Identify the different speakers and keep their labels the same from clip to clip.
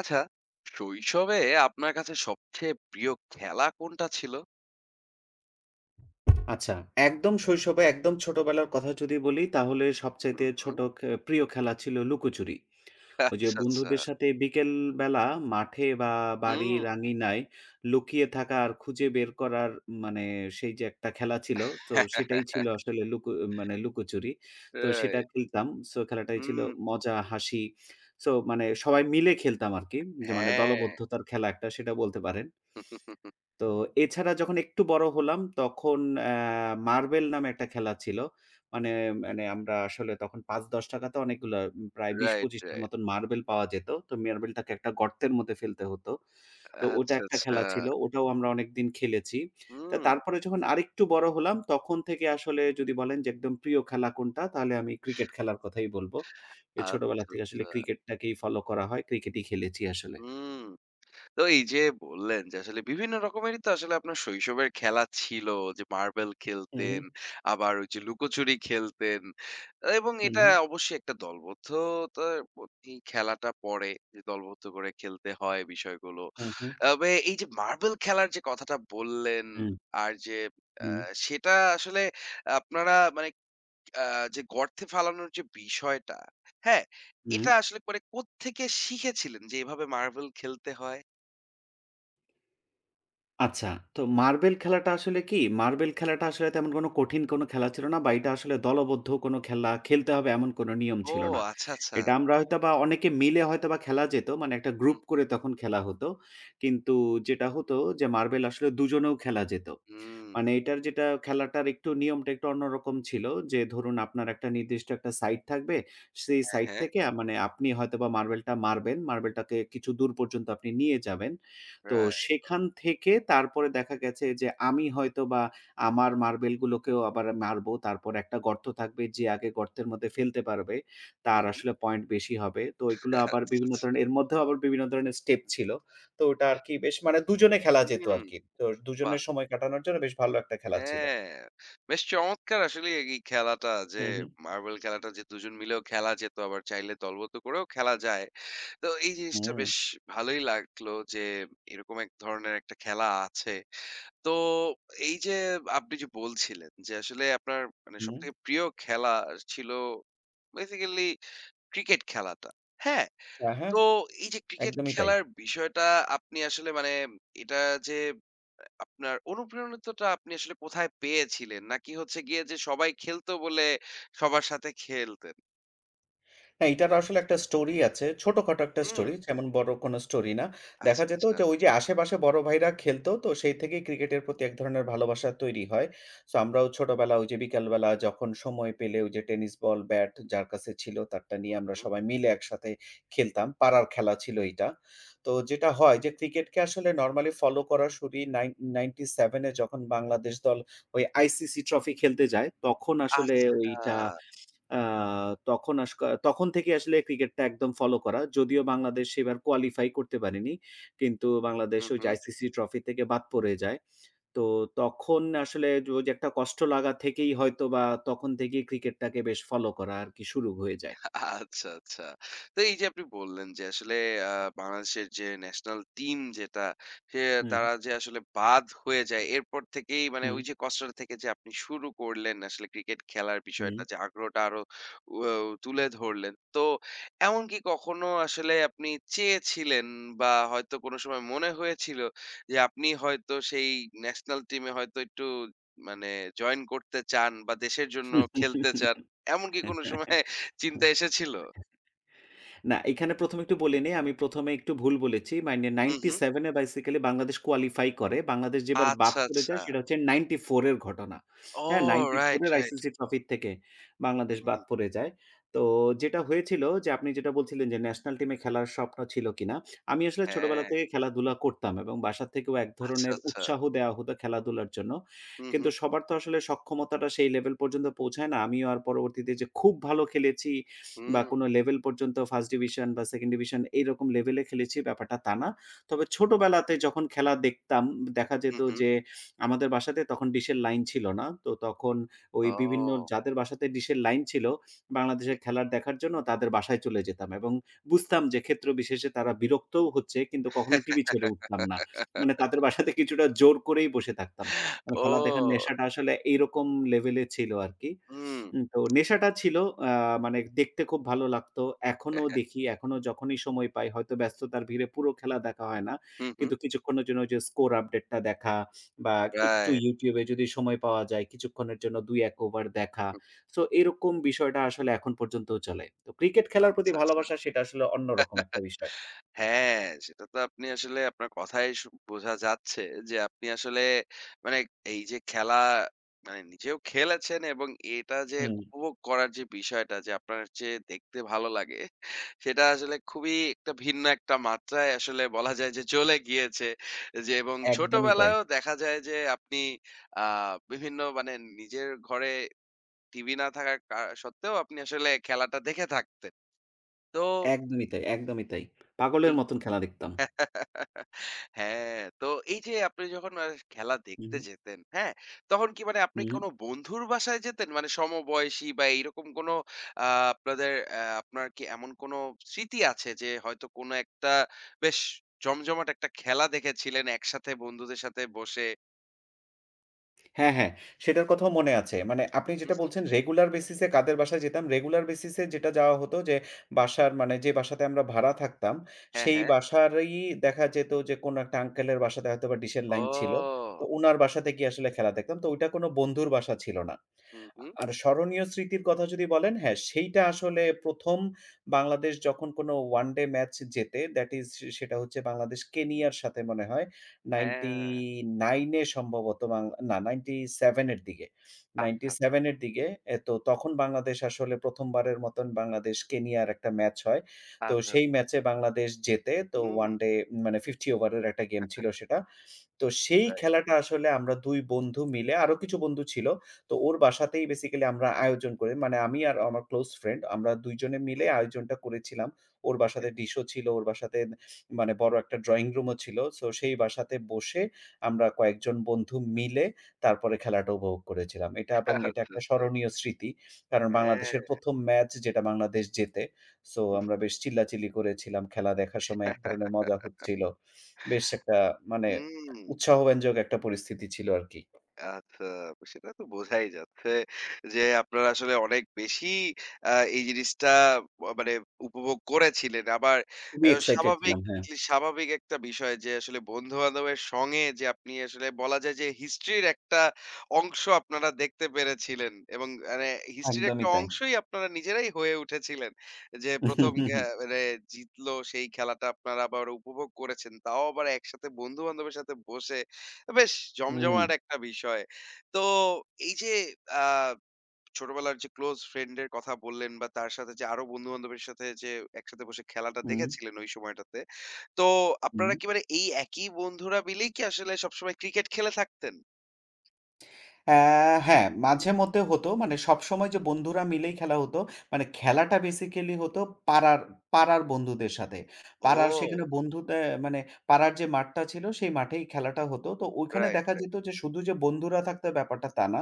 Speaker 1: আচ্ছা, শৈশবে আপনার কাছে সবচেয়ে প্রিয় খেলা কোনটা ছিল?
Speaker 2: আচ্ছা, একদম শৈশবে, একদম ছোটবেলার কথা যদি বলি, তাহলে
Speaker 1: হুম,
Speaker 2: সবচাইতে
Speaker 1: হুম।
Speaker 2: ছোট প্রিয় খেলা ছিল লুকোচুরি। ওই যে
Speaker 1: আচ্ছা, আচ্ছা।
Speaker 2: বন্ধুদের সাথে বিকেলবেলা মাঠে বা বাড়ির
Speaker 1: হুম।
Speaker 2: আঙিনায় লুকিয়ে থাকা আর খুঁজে বের করার মানে সেই যে একটা খেলা ছিল, তো সেটাই ছিল আসলে মানে লুকোচুরি। তো সেটা
Speaker 1: রাইট।
Speaker 2: খেলতাম। সো খেলাটাই ছিল
Speaker 1: হুম।
Speaker 2: মজা, হাসি। সো মানে সবাই মিলে খেলতাম আরকি। যে মানে
Speaker 1: হ্যাঁ।
Speaker 2: দলবদ্ধতার খেলা একটা সেটা বলতে পারেন। তো এছাড়া যখন একটু বড় হলাম তখন মার্বেল নামে একটা খেলা ছিল। মানে, মানে আমরা আসলে তখন ৳৫-১০ তে অনেকগুলা প্রায়
Speaker 1: রাইট,
Speaker 2: ২০-২৫ টার
Speaker 1: রাইট।
Speaker 2: মতন মার্বেল পাওয়া যেত। তো মার্বেলটাকে একটা গর্তের মধ্যে ফেলতে হতো। তো ওটা
Speaker 1: আচ্ছা,
Speaker 2: একটা
Speaker 1: আচ্ছা।
Speaker 2: খেলা ছিল। ওটাও আমরা অনেকদিন খেলেছি। তা
Speaker 1: হুম।
Speaker 2: তারপরে যখন আরেকটু বড় হলাম তখন থেকে আসলে যদি বলেন যে একদম প্রিয় খেলা কোনটা? তাহলে আমি ক্রিকেট খেলার কথাই বলব। এ ছোটবেলা
Speaker 1: আচ্ছা,
Speaker 2: থেকে আসলে
Speaker 1: আচ্ছা।
Speaker 2: ক্রিকেটটাকেই ফলো করা হয়। ক্রিকেটই খেলেছি আসলে।
Speaker 1: হুম। তো এই যে বললেন যে আসলে বিভিন্ন রকমেরই তো আসলে আপনার শৈশবের খেলা ছিল, যে মার্বেল
Speaker 2: হু, হু,
Speaker 1: খেলতেন, আবার ওই যে লুকোচুরি খেলতেন এবং
Speaker 2: হু,
Speaker 1: এটা অবশ্যই একটা দলবদ্ধ। তো এই খেলাটা পড়ে যে দলবদ্ধ করে খেলতে হয় বিষয়গুলো।
Speaker 2: হু, হু, হু।
Speaker 1: তবে এই যে মার্বেল খেলার যে কথাটা বললেন,
Speaker 2: হুম,
Speaker 1: আর যে
Speaker 2: হুম,
Speaker 1: সেটা আসলে আপনারা মানে, যে গর্তে ফালানোর যে বিষয়টা, হ্যাঁ,
Speaker 2: হুম।
Speaker 1: এটা আসলে করে কোত্থেকে শিখেছিলেন যে এভাবে মার্বেল খেলতে হয়?
Speaker 2: আচ্ছা, তো মার্বেল খেলাটা আসলে কি? মার্বেল খেলাটা আসলে তেমন কোনো কঠিন কোনো খেলা ছিল না বা এটা আসলে দলবদ্ধ কোনো খেলা, খেলতে হবে এমন কোনো নিয়ম
Speaker 1: ও
Speaker 2: ছিল না।
Speaker 1: আচ্ছা, আচ্ছা।
Speaker 2: এটা আমরা হয়তোবা অনেকে মিলে হয়তোবা খেলা যেত। মানে একটা গ্রুপ
Speaker 1: হুম, হুম,
Speaker 2: করে তখন খেলা হতো। কিন্তু যেটা হতো যে মার্বেল আসলে দুজনেও খেলা যেত।
Speaker 1: হুম।
Speaker 2: মানে এটার যেটা খেলাটার একটু নিয়মটা একটু অন্যরকম ছিল যে ধরুন আপনার একটা নির্দিষ্ট একটা সাইড থাকবে। সেই
Speaker 1: হ্যাঁ,
Speaker 2: সাইড
Speaker 1: হ্যাঁ।
Speaker 2: থেকে মানে আপনি হয়তোবা মার্বেলটা মারবেন। মার্বেলটাকে কিছু দূর পর্যন্ত আপনি নিয়ে যাবেন। তো
Speaker 1: রাইট।
Speaker 2: সেখান থেকে তারপরে দেখা গেছে যে আমি হয়তোবা আমার মার্বেলগুলোকেও আবার মারবো। তারপরে একটা গর্ত থাকবে যে আগে গর্তের মধ্যে ফেলতে পারবে,
Speaker 1: হুম,
Speaker 2: তার
Speaker 1: হুম।
Speaker 2: আসলে পয়েন্ট বেশি হবে। তো এগুলো আবার
Speaker 1: আচ্ছা,
Speaker 2: বিভিন্ন
Speaker 1: আচ্ছা।
Speaker 2: ধরনের এর মধ্যেও আবার বিভিন্ন ধরনের স্টেপ ছিল। তো ওটা আরকি বেশ মানে দুজনে খেলা যেত
Speaker 1: হুম,
Speaker 2: আরকি। তো
Speaker 1: বাহ!
Speaker 2: দুজনের সময় কাটানোর জন্য বেশ ভালো একটা খেলা ছিল।
Speaker 1: হ্যাঁ, বেশ চমৎকার আসলেই এই খেলাটা, যে
Speaker 2: হু, হু।
Speaker 1: মার্বেল খেলাটা যে ২ জন মিলেও খেলা যেত, আবার চাইলে দলগত করেও খেলা যায়। তো এই জিনিসটা
Speaker 2: হুম,
Speaker 1: বেশ ভালোই লাগলো যে এরকম এক ধরনের একটা খেলা আছে। তো এই যে আপনি যে বলছিলেন যে আসলে আপনার মানে
Speaker 2: হুম।
Speaker 1: সবথেকে প্রিয় খেলা ছিল বেসিক্যালি ক্রিকেট খেলাটা, হ্যাঁ?
Speaker 2: হ্যাঁ, হ্যাঁ।
Speaker 1: তো এই যে ক্রিকেট
Speaker 2: একদমই তাই।
Speaker 1: খেলার বিষয়টা, আপনি আসলে মানে এটা যে আপনার অনুপ্রেরণাটা আপনি আসলে কোথায় পেয়েছিলেন? নাকি হচ্ছে গিয়ে যে সবাই খেলতো বলে সবার সাথে খেলতেন?
Speaker 2: হ্যাঁ, এটার আসলে একটা স্টোরি আছে। ছোটখাটো একটা
Speaker 1: হুম।
Speaker 2: স্টোরি, যেমন বড় কোনো স্টোরি না।
Speaker 1: আচ্ছা,
Speaker 2: দেখা যেত
Speaker 1: আচ্ছা।
Speaker 2: যে ওই যে আশেপাশে বড় ভাইরা খেলতো, তো সেই থেকেই ক্রিকেটের প্রতি এক ধরনের ভালোবাসা তৈরি হয়। সো আমরাও ছোটবেলা ওই যে বিকালবেলা যখন সময় পেলে ওই যে টেনিস বল, ব্যাট যার কাছে ছিল তারটা নিয়ে আমরা
Speaker 1: হুম।
Speaker 2: সবাই মিলে একসাথে খেলতাম। পাড়ার খেলা ছিল এইটা। তো যেটা হয় যে ক্রিকেটকে আসলে নরমালি ফলো করা শুরুই 97 এ যখন বাংলাদেশ দল ওই আইসিসি ট্রফি খেলতে যায়, তখন আসলে
Speaker 1: আচ্ছা।
Speaker 2: ওইটা আ তখন আস তখন থেকে আসলে ক্রিকেটটা একদম ফলো করা। যদিও বাংলাদেশ সেবার কোয়ালিফাই করতে পারেনি। কিন্তু বাংলাদেশ
Speaker 1: হু,
Speaker 2: ওই
Speaker 1: হু।
Speaker 2: যে আইসিসি ট্রফি থেকে বাদ পড়ে যায়। তো তখন আসলে যে ওই যে একটা কষ্ট লাগা থেকেই হয়তোবা তখন থেকেই ক্রিকেটটাকে বেশ ফলো করা আরকি শুরু হয়ে যায়।
Speaker 1: আচ্ছা, আচ্ছা। তো এই যে আপনি বললেন যে আসলে আ বাংলাদেশের যে ন্যাশনাল টিম, যেটা সে
Speaker 2: হুম,
Speaker 1: তারা যে আসলে বাদ হয়ে যায়, এরপর থেকেই মানে
Speaker 2: হুম,
Speaker 1: ওই যে কষ্টটা থেকে যে আপনি শুরু করলেন আসলে ক্রিকেট খেলার
Speaker 2: হুম।
Speaker 1: বিষয়টা, যে আগ্রহটা আরো উ তুলে ধরলেন। তো এমন কি কখনো আসলে আপনি চেয়েছিলেন, বা হয়তো কোনো সময় মনে হয়েছিল যে আপনি হয়তো সেই ন্যাশনাল টিমে হয়তো একটু মানে জয়েন করতে চান বা দেশের জন্য খেলতে চান। এমন কি কোনো সময় চিন্তা এসেছিল?
Speaker 2: না, এখানে ১ম এ একটু বলে নেই। আমি ১ম এ একটু ভুল বলেছি। মানে
Speaker 1: হুম, হুম।
Speaker 2: 97 এ বেসিক্যালি বাংলাদেশ কোয়ালিফাই করে। বাংলাদেশ যেবার বাদ
Speaker 1: আচ্ছা,
Speaker 2: পড়ে
Speaker 1: আচ্ছা।
Speaker 2: যায় সেটা হচ্ছে 94 এর ঘটনা।
Speaker 1: ও
Speaker 2: হ্যাঁ?
Speaker 1: রাইট,
Speaker 2: 94 এর
Speaker 1: রাইট।
Speaker 2: আইসিসি ট্রফির থেকে বাংলাদেশ
Speaker 1: হুম।
Speaker 2: বাদ পড়ে যায়। তো যেটা হয়েছিল যে আপনি যেটা বলছিলেন যে ন্যাশনাল টিমে খেলার স্বপ্ন ছিল কিনা? আমি আসলে ছোটবেলা
Speaker 1: হ্যাঁ,
Speaker 2: থেকে খেলাধুলা করতাম এবং বাসা থেকেও এক
Speaker 1: আচ্ছা,
Speaker 2: ধরনের
Speaker 1: আচ্ছা।
Speaker 2: উৎসাহ দেওয়া হতো খেলাধুলার জন্য।
Speaker 1: হুম,
Speaker 2: কিন্তু
Speaker 1: হুম।
Speaker 2: সবার তো আসলে সক্ষমতাটা সেই লেভেল পর্যন্ত পৌঁছায় না। আমিও আর পরবর্তীতে যে খুব ভালো খেলেছি বা
Speaker 1: হুম,
Speaker 2: কোনো লেভেল পর্যন্ত ফার্স্ট ডিভিশন বা সেকেন্ড ডিভিশন এইরকম লেভেলে খেলেছি ব্যাপারটা তা না। তবে ছোটবেলাতে যখন খেলা দেখতাম, দেখা
Speaker 1: হুম,
Speaker 2: যেত
Speaker 1: হুম।
Speaker 2: যে আমাদের বাসাতে তখন ডিশের লাইন ছিল না। তো তখন ওই বিভিন্ন
Speaker 1: ও।
Speaker 2: যাদের বাসাতে ডিশের লাইন ছিল, বাংলাদেশের খেলার দেখার জন্য তাদের বাসায় চলে যেতাম এবং বুঝতাম যে ক্ষেত্র বিশেষে তারা বিরক্তও হচ্ছে কিন্তু কখনো টিভি ছেড়ে উঠতাম না। মানে
Speaker 1: হুম।
Speaker 2: তাদের বাসাতে কিছুটা জোর করেই বসে থাকতাম। মানে
Speaker 1: ও।
Speaker 2: খেলা দেখার নেশাটা আসলে এইরকম লেভেলে ছিল আরকি।
Speaker 1: হুম।
Speaker 2: তো নেশাটা ছিল আ মানে দেখতে খুব ভালো লাগতো। এখনো
Speaker 1: হ্যাঁ,
Speaker 2: দেখি, এখনো যখনই সময় পাই হয়তো ব্যস্ততার ভিড়ে পুরো খেলা দেখা হয় না।
Speaker 1: হুম, হুম।
Speaker 2: কিন্তু কিছুক্ষণের জন্য ওই যে স্কোর আপডেটটা দেখা বা একটু
Speaker 1: রাইট।
Speaker 2: YouTube এ যদি সময় পাওয়া যায় কিছুক্ষণের জন্য ২-১ ওভার দেখা।
Speaker 1: হুম।
Speaker 2: সো এরকম বিষয়টা আসলে এখন পর্যন্তও চলে। তো ক্রিকেট খেলার প্রতি
Speaker 1: আচ্ছা, আচ্ছা।
Speaker 2: ভালোবাসা সেটা আসলে অন্যরকম একটা বিষয়।
Speaker 1: হ্যাঁ, সেটা তো আপনি আসলে আপনার কথায় বোঝা যাচ্ছে যে আপনি আসলে মানে এই যে খেলা মানে নিজেও খেলেছেন, এবং এটা যে
Speaker 2: হুম,
Speaker 1: উপভোগ করার যে বিষয়টা, যে আপনার যে দেখতে ভালো লাগে, সেটা আসলে খুবই একটা ভিন্ন একটা মাত্রায় আসলে বলা যায় যে চলে গিয়েছে। যে এবং
Speaker 2: একদমই তাই।
Speaker 1: ছোটবেলায়ও দেখা যায় যে আপনি আ বিভিন্ন মানে নিজের ঘরে টিভি না থাকার সত্ত্বেও আপনি আসলে খেলাটা দেখে থাকতেন। তো
Speaker 2: একদমই তাই, একদমই তাই। পাগলের
Speaker 1: এই
Speaker 2: মতন খেলা দেখতাম।
Speaker 1: হ্যাঁ, তো এই যে আপনি যখন খেলা
Speaker 2: হু,
Speaker 1: দেখতে
Speaker 2: হু,
Speaker 1: যেতেন, হ্যাঁ? তখন কি মানে
Speaker 2: হু,
Speaker 1: আপনি
Speaker 2: হু।
Speaker 1: কোনো বন্ধুর বাসায় যেতেন? মানে সমবয়সী বা এইরকম কোনো আ আপনাদের আপনার কি এমন কোনো স্মৃতি আছে যে হয়তো কোনো একটা বেশ জমজমাট একটা খেলা দেখেছিলেন একসাথে বন্ধুদের সাথে বসে?
Speaker 2: হ্যাঁ, হ্যাঁ। সেটার কথাও মনে আছে। মানে আপনি
Speaker 1: হুম,
Speaker 2: যেটা
Speaker 1: হুম।
Speaker 2: বলছেন রেগুলার বেসিস এ কাদের বাসায় যেতাম। রেগুলার বেসিস এ যেটা যাওয়া হতো যে বাসার মানে যে বাসাতে আমরা ভাড়া থাকতাম,
Speaker 1: হ্যাঁ,
Speaker 2: সেই
Speaker 1: হ্যাঁ।
Speaker 2: বাসারই দেখা যেত যে কোনো একটা আঙ্কেলের বাসাতে হয়তোবা ডিশের লাইন ছিল।
Speaker 1: ও!
Speaker 2: তো উনার বাসাতে গিয়ে আসলে খেলা দেখতাম। তো ওইটা কোনো বন্ধুর বাসা ছিল না।
Speaker 1: হুম, হুম।
Speaker 2: আর স্মরণীয় স্মৃতির কথা যদি বলেন, হ্যাঁ, সেইটা আসলে ১ম বাংলাদেশ যখন কোনো ওয়ানডে ম্যাচ জেতে দ্যাট ইস সেটা হচ্ছে বাংলাদেশ কেনিয়ার সাথে মনে হয়।
Speaker 1: হ্যাঁ।
Speaker 2: 99 এ সম্ভবত না 97 এর দিকে।
Speaker 1: আচ্ছা, আচ্ছা,
Speaker 2: 97 এর দিকে এ তো তখন বাংলাদেশ আসলে ১ম বারের মতন বাংলাদেশ কেনিয়ার একটা ম্যাচ হয়। তো
Speaker 1: আচ্ছা।
Speaker 2: সেই ম্যাচে বাংলাদেশ জেতে। তো
Speaker 1: হুম,
Speaker 2: ওয়ানডে মানে 50 ওভারের একটা গেম ছিল সেটা। তো সেই
Speaker 1: রাইট।
Speaker 2: খেলাটা আসলে আমরা ২ বন্ধু মিলে আরো কিছু বন্ধু ছিল। তো ওর বাসাতেই বেসিক্যালি আমরা আয়োজন করে মানে আমি আর আমার ক্লোজ ফ্রেন্ড আমরা ২ জনে মিলে
Speaker 1: হুম।
Speaker 2: আয়োজনটা করেছিলাম। ওর বাসাতে ডিশও ছিল, ওর বাসাতে মানে বড় একটা ড্রয়িং রুমও ছিল। সো সেই বাসাতে বসে আমরা কয়েকজন বন্ধু মিলে তারপরে খেলাটা উপভোগ করেছিলাম। এটা এবং
Speaker 1: আচ্ছা,
Speaker 2: এটা একটা
Speaker 1: আচ্ছা।
Speaker 2: স্মরণীয় স্মৃতি। কারণ
Speaker 1: হ্যাঁ।
Speaker 2: বাংলাদেশের ১ম ম্যাচ যেটা বাংলাদেশ জেতে। সো আমরা বেশ চিল্লাচিল্লি করেছিলাম। খেলা দেখার সময় এক ধরনের মজা হচ্ছিল। বেশ একটা মানে
Speaker 1: হুম।
Speaker 2: উৎসাহব্যঞ্জক একটা পরিস্থিতি ছিল আরকি।
Speaker 1: আচ্ছা, সেটা তো বোঝাই যাচ্ছে যে আপনারা আসলে অনেক বেশি আ এই জিনিসটা মানে উপভোগ করেছিলেন। আবার আ
Speaker 2: খুবই এক্সাইটেড
Speaker 1: স্বাভাবিক
Speaker 2: ছিলাম। হ্যাঁ,
Speaker 1: স্বাভাবিক একটা বিষয় যে আসলে বন্ধু-বান্ধবের সঙ্গে যে আপনি আসলে বলা যায় যে হিস্ট্রির একটা অংশ আপনারা দেখতে পেরেছিলেন এবং মানে হিস্ট্রির একটা
Speaker 2: একদমই তাই।
Speaker 1: অংশই আপনারা নিজেরাই হয়ে উঠেছিলেন। যে ১ম মানে জিতলো সেই খেলাটা আপনারা আবার উপভোগ করেছেন। তাও আবার একসাথে বন্ধু-বান্ধবের সাথে বসে, তো বেশ
Speaker 2: হুম,
Speaker 1: জমজমাট একটা বিষয়। তো এই যে আ ছোটবেলার যে ক্লোজ ফ্রেন্ড এর কথা বললেন, বা তার সাথে যে আরো বন্ধু-বান্ধবের সাথে যে একসাথে বসে খেলাটা
Speaker 2: হুম।
Speaker 1: দেখেছিলেন ওই সময়টাতে। তো আপনারা কি মানে এই একই বন্ধুরা মিলেই কি আসলে সবসময় ক্রিকেট খেলে থাকতেন?
Speaker 2: অ্যা হ্যাঁ, মাঝেমধ্যে হতো। মানে সবসময় যে বন্ধুরা মিলেই খেলা হতো, মানে খেলাটা বেসিক্যালি হতো পাড়ার, পাড়ার বন্ধুদের সাথে। পাড়ার
Speaker 1: ও!
Speaker 2: সেখানে বন্ধুতে মানে পাড়ার যে মাঠটা ছিল সেই মাঠেই খেলাটা হতো। তো ওইখানে
Speaker 1: রাইট,
Speaker 2: দেখা
Speaker 1: রাইট।
Speaker 2: যেত যে শুধু যে বন্ধুরা থাকতো ব্যাপারটা তা না।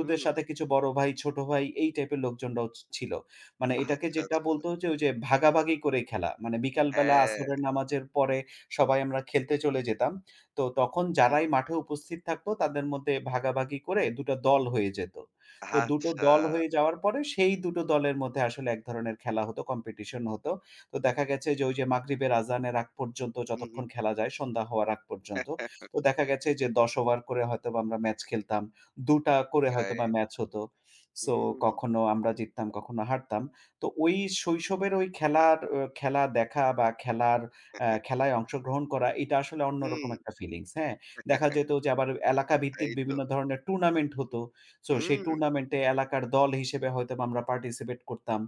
Speaker 1: হুম।
Speaker 2: সাথে কিছু বড় ভাই, ছোট ভাই এই টাইপের লোকজনরাও ছিল। মানে এটাকে
Speaker 1: আচ্ছা,
Speaker 2: যেটা
Speaker 1: আচ্ছা।
Speaker 2: বলতো যে ওই যে ভাগাভাগি করে খেলা। মানে বিকালবেলা আসরের
Speaker 1: হ্যাঁ।
Speaker 2: নামাজের পরে সবাই আমরা খেলতে চলে যেতাম। তো তখন
Speaker 1: হুম,
Speaker 2: যারাই
Speaker 1: হুম।
Speaker 2: মাঠে উপস্থিত থাকতো তাদের মধ্যে ভাগাভাগি করে ২ টা দল হয়ে যেত। তো ২ টো
Speaker 1: আচ্ছা।
Speaker 2: দল হয়ে যাওয়ার পরে সেই ২ টো দলের মধ্যে আসলে এক ধরনের খেলা হতো, কম্পিটিশন হতো। তো দেখা গেছে যে ওই যে মাগরিবের আজানের আগ পর্যন্ত
Speaker 1: হুম, হুম।
Speaker 2: যতক্ষণ খেলা যায় সন্ধ্যা হওয়ার আগ পর্যন্ত। তো দেখা গেছে যে ১০ ওভার করে হয়তোবা আমরা ম্যাচ খেলতাম। ২ টা করে হয়তোবা
Speaker 1: রাইট।
Speaker 2: ম্যাচ হতো। সো
Speaker 1: হুম,
Speaker 2: কখনো আমরা জিততাম, কখনো হারতাম। তো ওই শৈশবের ওই খেলার, আহ, খেলা দেখা বা খেলার খেলায় অংশগ্রহণ করা এটা আসলে
Speaker 1: হুম।
Speaker 2: অন্যরকম একটা ফিলিংস, হ্যাঁ? দেখা যেত যে আবার এলাকা
Speaker 1: তাই
Speaker 2: ভিত্তিক
Speaker 1: তো।
Speaker 2: বিভিন্ন ধরনের টুর্নামেন্ট হতো। সো সেই
Speaker 1: হুম।
Speaker 2: টুর্নামেন্টে এলাকার দল হিসেবে হয়তোবা আমরা পার্টিসিপেট করতাম।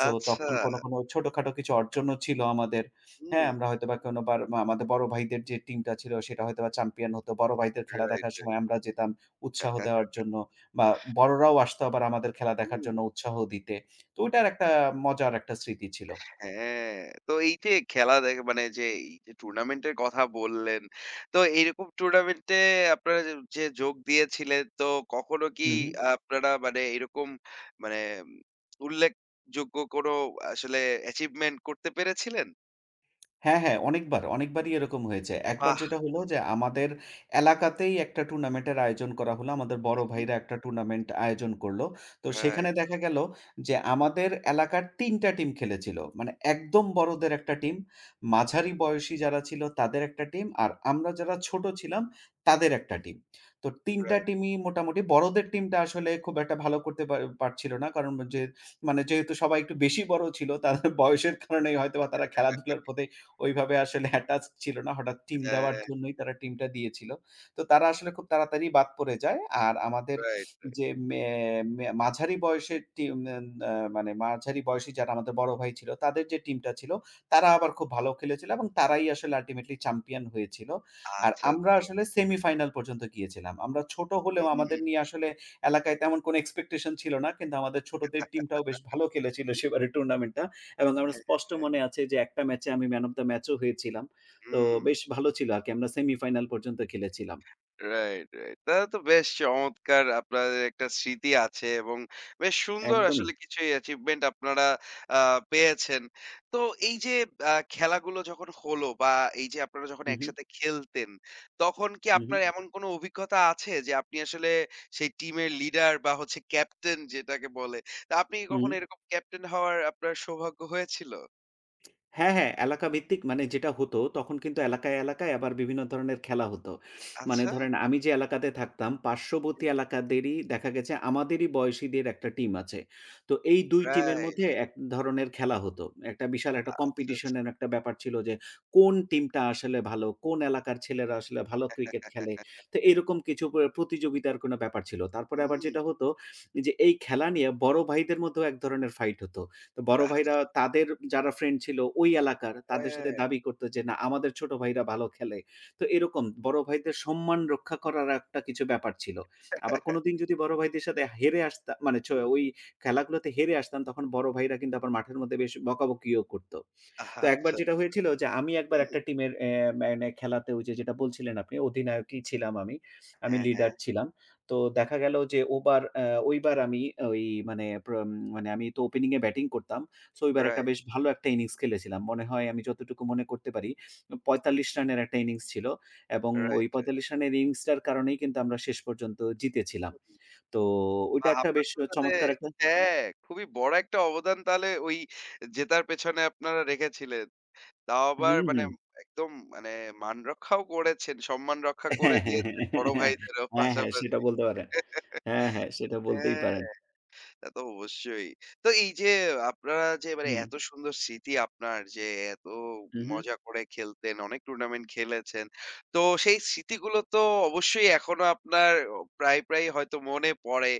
Speaker 2: সো
Speaker 1: আচ্ছা।
Speaker 2: তখন কোনো, কোনো ছোটখাটো কিছু অর্জনও ছিল আমাদের।
Speaker 1: হুম।
Speaker 2: হ্যাঁ? আমরা হয়তোবা কোনোবার মা আমাদের বড় ভাইদের যে টিমটা ছিল সেটা হয়তোবা চ্যাম্পিয়ন হতো। বড় ভাইদের খেলা
Speaker 1: রাইট,
Speaker 2: দেখার
Speaker 1: রাইট।
Speaker 2: সময় আমরা যেতাম উৎসাহ দেওয়ার জন্য বা বড়রাও আসতো আবার আমাদের খেলা
Speaker 1: হুম।
Speaker 2: দেখার জন্য উৎসাহ দিতে। তো ওইটার একটা মজার একটা স্মৃতি ছিল।
Speaker 1: হ্যাঁ, তো এই যে খেলা দেখে মানে যে এই যে টুর্নামেন্টের কথা বললেন, তো এইরকম টুর্নামেন্টে আপনারা যে যে যোগ দিয়েছিলেন, তো কখনো কি
Speaker 2: হু, হু।
Speaker 1: আপনারা মানে এরকম মানে উম, উল্লেখযোগ্য কোনো আসলে অ্যাচিভমেন্ট করতে পেরেছিলেন?
Speaker 2: হ্যাঁ, হ্যাঁ, অনেকবার, অনেকবারই এরকম হয়েছে। একবার
Speaker 1: বাহ!
Speaker 2: যেটা হলো যে আমাদের এলাকাতেই একটা টুর্নামেন্টের আয়োজন করা হলো। আমাদের বড়
Speaker 1: হুম,
Speaker 2: ভাইরা একটা টুর্নামেন্ট আয়োজন করল। তো সেখানে
Speaker 1: রাইট,
Speaker 2: দেখা গেল যে আমাদের এলাকার ৩ টা টিম খেলেছিল। মানে একদম বড়দের একটা টিম, মাঝারি বয়সী যারা ছিল তাদের একটা টিম, আর আমরা যারা ছোট ছিলাম তাদের একটা টিম। তো ৩ টা
Speaker 1: রাইট।
Speaker 2: টিমই মোটামুটি বড়দের টিমটা আসলে খুব একটা ভালো করতে পারছিল না। কারণ যে মানে যেহেতু সবাই একটু বেশি বড় ছিল তাদের বয়সের কারণেই হয়তোবা তারা খেলাধুলার প্রতি ওইভাবে আসলে অ্যাটাচ ছিল না। হঠাৎ টিম
Speaker 1: হ্যাঁ,
Speaker 2: দেওয়ার জন্যই তারা টিমটা দিয়েছিল। তো তারা আসলে খুব তাড়াতাড়ি বাদ পড়ে যায়। আর আমাদের
Speaker 1: রাইট।
Speaker 2: যে মে মে মাঝারি বয়সের টিম এন আ মানে মাঝারি বয়সী যারা আমাদের বড় ভাই ছিল, তাদের যে টিমটা ছিল, তারা আবার খুব ভালো খেলেছিল এবং তারাই আসলে আল্টিমেটলি চ্যাম্পিয়ন হয়েছিল। আর
Speaker 1: আচ্ছা,
Speaker 2: আমরা
Speaker 1: আচ্ছা।
Speaker 2: আসলে সেমিফাইনাল পর্যন্ত গিয়েছিলাম। আমরা ছোট হলেও
Speaker 1: হুম।
Speaker 2: আমাদের নিয়ে আসলে এলাকায় তেমন কোনো এক্সপেকটেশন ছিল না। কিন্তু আমাদের ছোটদের টিমটাও বেশ ভালো খেলেছিল সেবারের টুর্নামেন্টটা। এবং আমার
Speaker 1: হ্যাঁ,
Speaker 2: স্পষ্ট
Speaker 1: হ্যাঁ,
Speaker 2: মনে আছে যে একটা ম্যাচে আমি ম্যান অফ দ্য ম্যাচও হয়েছিলাম। তো
Speaker 1: হুম।
Speaker 2: বেশ ভালো ছিল আরকি। আমরা সেমিফাইনাল পর্যন্ত খেলেছিলাম।
Speaker 1: Right, right. তাহলে তো বেশ চমৎকার আপনাদের একটা স্মৃতি আছে, এবং বেশ সুন্দর
Speaker 2: একদমই।
Speaker 1: আসলে কিছু অ্যাচিভমেন্ট আপনারা আ পেয়েছেন। তো এই যে খেলাগুলো যখন হলো, বা এই যে আপনারা যখন
Speaker 2: হু, হু,
Speaker 1: একসাথে খেলতেন, তখন কি
Speaker 2: হু,
Speaker 1: আপনার এমন কোনো অভিজ্ঞতা আছে যে আপনি আসলে সেই টিমের লিডার, বা হচ্ছে ক্যাপ্টেন যেটাকে বলে, তা আপনি কি
Speaker 2: হু।
Speaker 1: কখনো এরকম ক্যাপ্টেন হওয়ার আপনার সৌভাগ্য হয়েছিল?
Speaker 2: হ্যাঁ, হ্যাঁ, এলাকা ভিত্তিক মানে যেটা হতো তখন কিন্তু এলাকায়, এলাকায় আবার বিভিন্ন ধরনের খেলা হতো। মানে
Speaker 1: আচ্ছা।
Speaker 2: ধরেন আমি যে এলাকাতে থাকতাম পার্শ্ববর্তী
Speaker 1: হুম, হুম।
Speaker 2: এলাকাদেরই দেখা গেছে আমাদেরই বয়সীদের একটা টিম আছে। তো এই ২ টিমের
Speaker 1: রাইট।
Speaker 2: মধ্যে এক ধরনের খেলা হতো। একটা বিশাল একটা
Speaker 1: আচ্ছা,
Speaker 2: কম্পিটিশন
Speaker 1: আচ্ছা।
Speaker 2: এর একটা ব্যাপার ছিল যে কোন টিমটা আসলে ভালো, কোন এলাকার ছেলেরা আসলে ভালো ক্রিকেট খেলে। তো এরকম কিছু প্রতিযোগিতার কোনো ব্যাপার ছিল। তারপরে আবার
Speaker 1: হুম।
Speaker 2: যেটা হতো যে এই খেলা নিয়ে বড় ভাইদের মধ্যেও এক ধরনের ফাইট হতো। তো বড় ভাইরা
Speaker 1: আচ্ছা।
Speaker 2: তাদের যারা ফ্রেন্ড ছিল ওই এলাকার, তাদের সাথে
Speaker 1: হ্যাঁ।
Speaker 2: দাবি করত যে, "না, আমাদের ছোট ভাইরা ভালো খেলে।" তো এরকম বড় ভাইদের সম্মান রক্ষা করার একটা কিছু ব্যাপার ছিল। আবার কোনদিন যদি বড় ভাইদের সাথে হেরে মানে
Speaker 1: হু, হু।
Speaker 2: ওই খেলাগুলোতে হেরে আসতাম, তখন বড় ভাইরা কিন্তু আবার মাঠের মধ্যে বেশ বকাবকিও করত। তো একবার
Speaker 1: আচ্ছা।
Speaker 2: যেটা হয়েছিল যে আমি একবার
Speaker 1: হুম,
Speaker 2: একটা টিমের মানে খেলাতে ওই যে যেটা বলছিলেন আপনি অধিনায়কই ছিলাম আমি। আমি
Speaker 1: হ্যাঁ, হ্যাঁ।
Speaker 2: লিডার ছিলাম। তো দেখা গেল যে ওবার অ্যা ওইবার আমি ওই মানে মানে আমি তো ওপেনিং এ ব্যাটিং করতাম। সো ওইবার একটা
Speaker 1: রাইট,
Speaker 2: বেশ ভালো একটা ইনিংস খেলেছিলাম। মনে হয় আমি যতটুকু মনে করতে পারি ৪৫ রানের একটা ইনিংস ছিল এবং ওই
Speaker 1: রাইট, রাইট।
Speaker 2: ৪৫ রানের ইনিংসটার কারণেই কিন্তু আমরা শেষ পর্যন্ত জিতেছিলাম।
Speaker 1: হুম।
Speaker 2: তো ওইটা
Speaker 1: বাহ!
Speaker 2: একটা
Speaker 1: আপনার
Speaker 2: বেশ
Speaker 1: তো তাহলে
Speaker 2: চমৎকার একটা
Speaker 1: হ্যাঁ, খুবই বড় একটা অবদান তাহলে ওই জেতার পেছনে আপনারা রেখেছিলেন। তাও আবার
Speaker 2: হুম,
Speaker 1: মানে
Speaker 2: হুম।
Speaker 1: একদম মানে মান রক্ষাও করেছেন, সম্মান রক্ষা করে
Speaker 2: হ্যাঁ, হ্যাঁ,
Speaker 1: দিয়েছেন বড়
Speaker 2: হ্যাঁ,
Speaker 1: ভাইদেরও
Speaker 2: হ্যাঁ, হ্যাঁ, সেটা
Speaker 1: পাশাপাশি।
Speaker 2: বলতে পারেন। হ্যাঁ, হ্যাঁ, সেটা বলতেই
Speaker 1: হ্যাঁ।
Speaker 2: পারেন।
Speaker 1: তা তো অবশ্যই। তো এই যে আপনারা যে মানে
Speaker 2: হুম,
Speaker 1: এত সুন্দর স্মৃতি আপনার যে এত
Speaker 2: হু, হু।
Speaker 1: মজা করে খেলতেন, অনেক টুর্নামেন্ট খেলেছেন। তো সেই স্মৃতিগুলো তো অবশ্যই এখনো আপনার প্রায় হয়তো মনে পড়ে।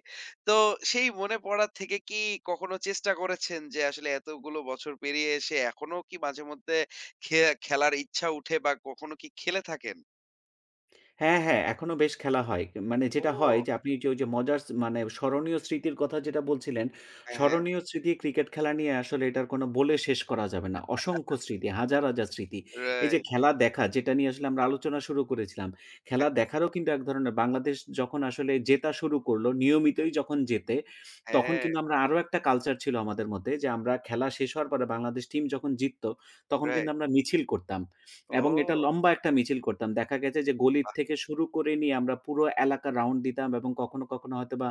Speaker 1: তো সেই মনে পড়া থেকে কি কখনো চেষ্টা করেছেন যে আসলে এতগুলো বছর পেরিয়ে এসে এখনো কি মাঝে মধ্যে খে খেলার ইচ্ছা উঠে বা কখনো কি খেলে থাকেন?
Speaker 2: হ্যাঁ, হ্যাঁ, এখনো বেশ খেলা হয়। মানে যেটা হয়
Speaker 1: ও!
Speaker 2: যে আপনি যে ওই যে মজার মানে স্মরণীয় স্মৃতির কথা যেটা বলছিলেন,
Speaker 1: হ্যাঁ, হ্যাঁ।
Speaker 2: স্মরণীয় স্মৃতি ক্রিকেট খেলা নিয়ে আসলে এটার কোনো বলে শেষ করা যাবে না। অসংখ্য স্মৃতি, হাজার, হাজার স্মৃতি। এই যে
Speaker 1: রাইট।
Speaker 2: খেলা দেখা যেটা নিয়ে আসলে আমরা আলোচনা শুরু করেছিলাম। খেলা দেখারও কিন্তু এক ধরনের বাংলাদেশ যখন আসলে জেতা শুরু করলো,
Speaker 1: হুম।
Speaker 2: নিয়মিতই যখন জেতে, তখন
Speaker 1: হ্যাঁ,
Speaker 2: কিন্তু আমরা আরো একটা কালচার ছিল আমাদের মধ্যে যে আমরা খেলা শেষ হওয়ার পরে বাংলাদেশ টিম যখন জিতত, তখন কিন্তু
Speaker 1: রাইট।
Speaker 2: আমরা মিছিল করতাম। এবং এটা
Speaker 1: ও!
Speaker 2: লম্বা একটা মিছিল করতাম। দেখা গেছে যে গলির থেকে শুরু করে নিয়ে আমরা পুরো এলাকা রাউন্ড দিতাম এবং কখনো, কখনো হয়তোবা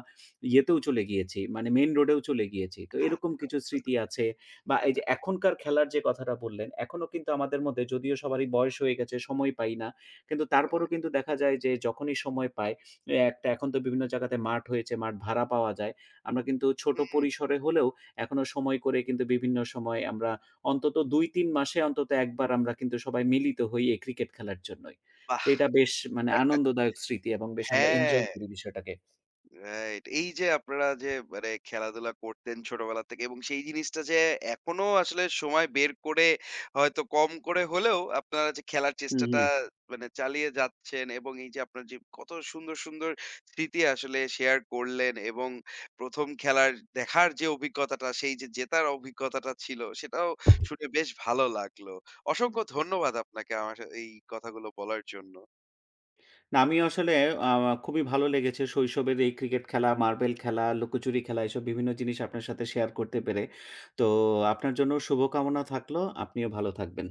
Speaker 2: ইয়েতেও চলে গিয়েছি, মানে মেইন রোডেও চলে গিয়েছি। তো
Speaker 1: হা
Speaker 2: এরকম কিছু স্মৃতি আছে বা এই যে এখনকার খেলার যে কথাটা বললেন, এখনো কিন্তু আমাদের মধ্যে যদিও সবারই বয়স হয়ে গেছে, সময় পাই না। কিন্তু তারপরেও কিন্তু দেখা যায় যে যখনই সময় পাই, একটা এখন তো বিভিন্ন জায়গাতে মাঠ হয়েছে, মাঠ ভাড়া পাওয়া যায়। আমরা কিন্তু ছোট
Speaker 1: হুম,
Speaker 2: পরিসরে হলেও এখনো সময় করে কিন্তু বিভিন্ন সময় আমরা অন্তত ২-৩ মাসে অন্তত একবার আমরা কিন্তু সবাই মিলিত হই এই ক্রিকেট খেলার জন্যই।
Speaker 1: বাহ!
Speaker 2: তো এটা বেশ মানে আনন্দদায়ক স্মৃতি এবং বেশ আমরা
Speaker 1: হ্যাঁ,
Speaker 2: এনজয় করি বিষয়টাকে।
Speaker 1: রাইট। এই যে আপনারা যে মানে খেলাধুলা করতেন ছোটবেলা থেকে, এবং সেই জিনিসটা যে এখনো আসলে সময় বের করে হয়তো কম করে হলেও আপনারা যে খেলার
Speaker 2: হুম,
Speaker 1: চেষ্টাটা
Speaker 2: হুম।
Speaker 1: মানে চালিয়ে যাচ্ছেন, এবং এই যে আপনার যে কত সুন্দর, সুন্দর স্মৃতি আসলে শেয়ার করলেন, এবং ১ম খেলার দেখার যে অভিজ্ঞতাটা, সেই যে জেতার অভিজ্ঞতাটা ছিল, সেটাও শুনে বেশ ভালো লাগলো। অসংখ্য ধন্যবাদ আপনাকে আমার এই কথাগুলো বলার জন্য।
Speaker 2: না আমিও আসলে আ খুবই ভালো লেগেছে শৈশবের এই ক্রিকেট খেলা, মার্বেল খেলা, লুকোচুরি খেলা এসব বিভিন্ন জিনিস আপনার সাথে শেয়ার করতে পেরে। তো আপনার জন্য শুভকামনা থাকলো। আপনিও ভালো থাকবেন।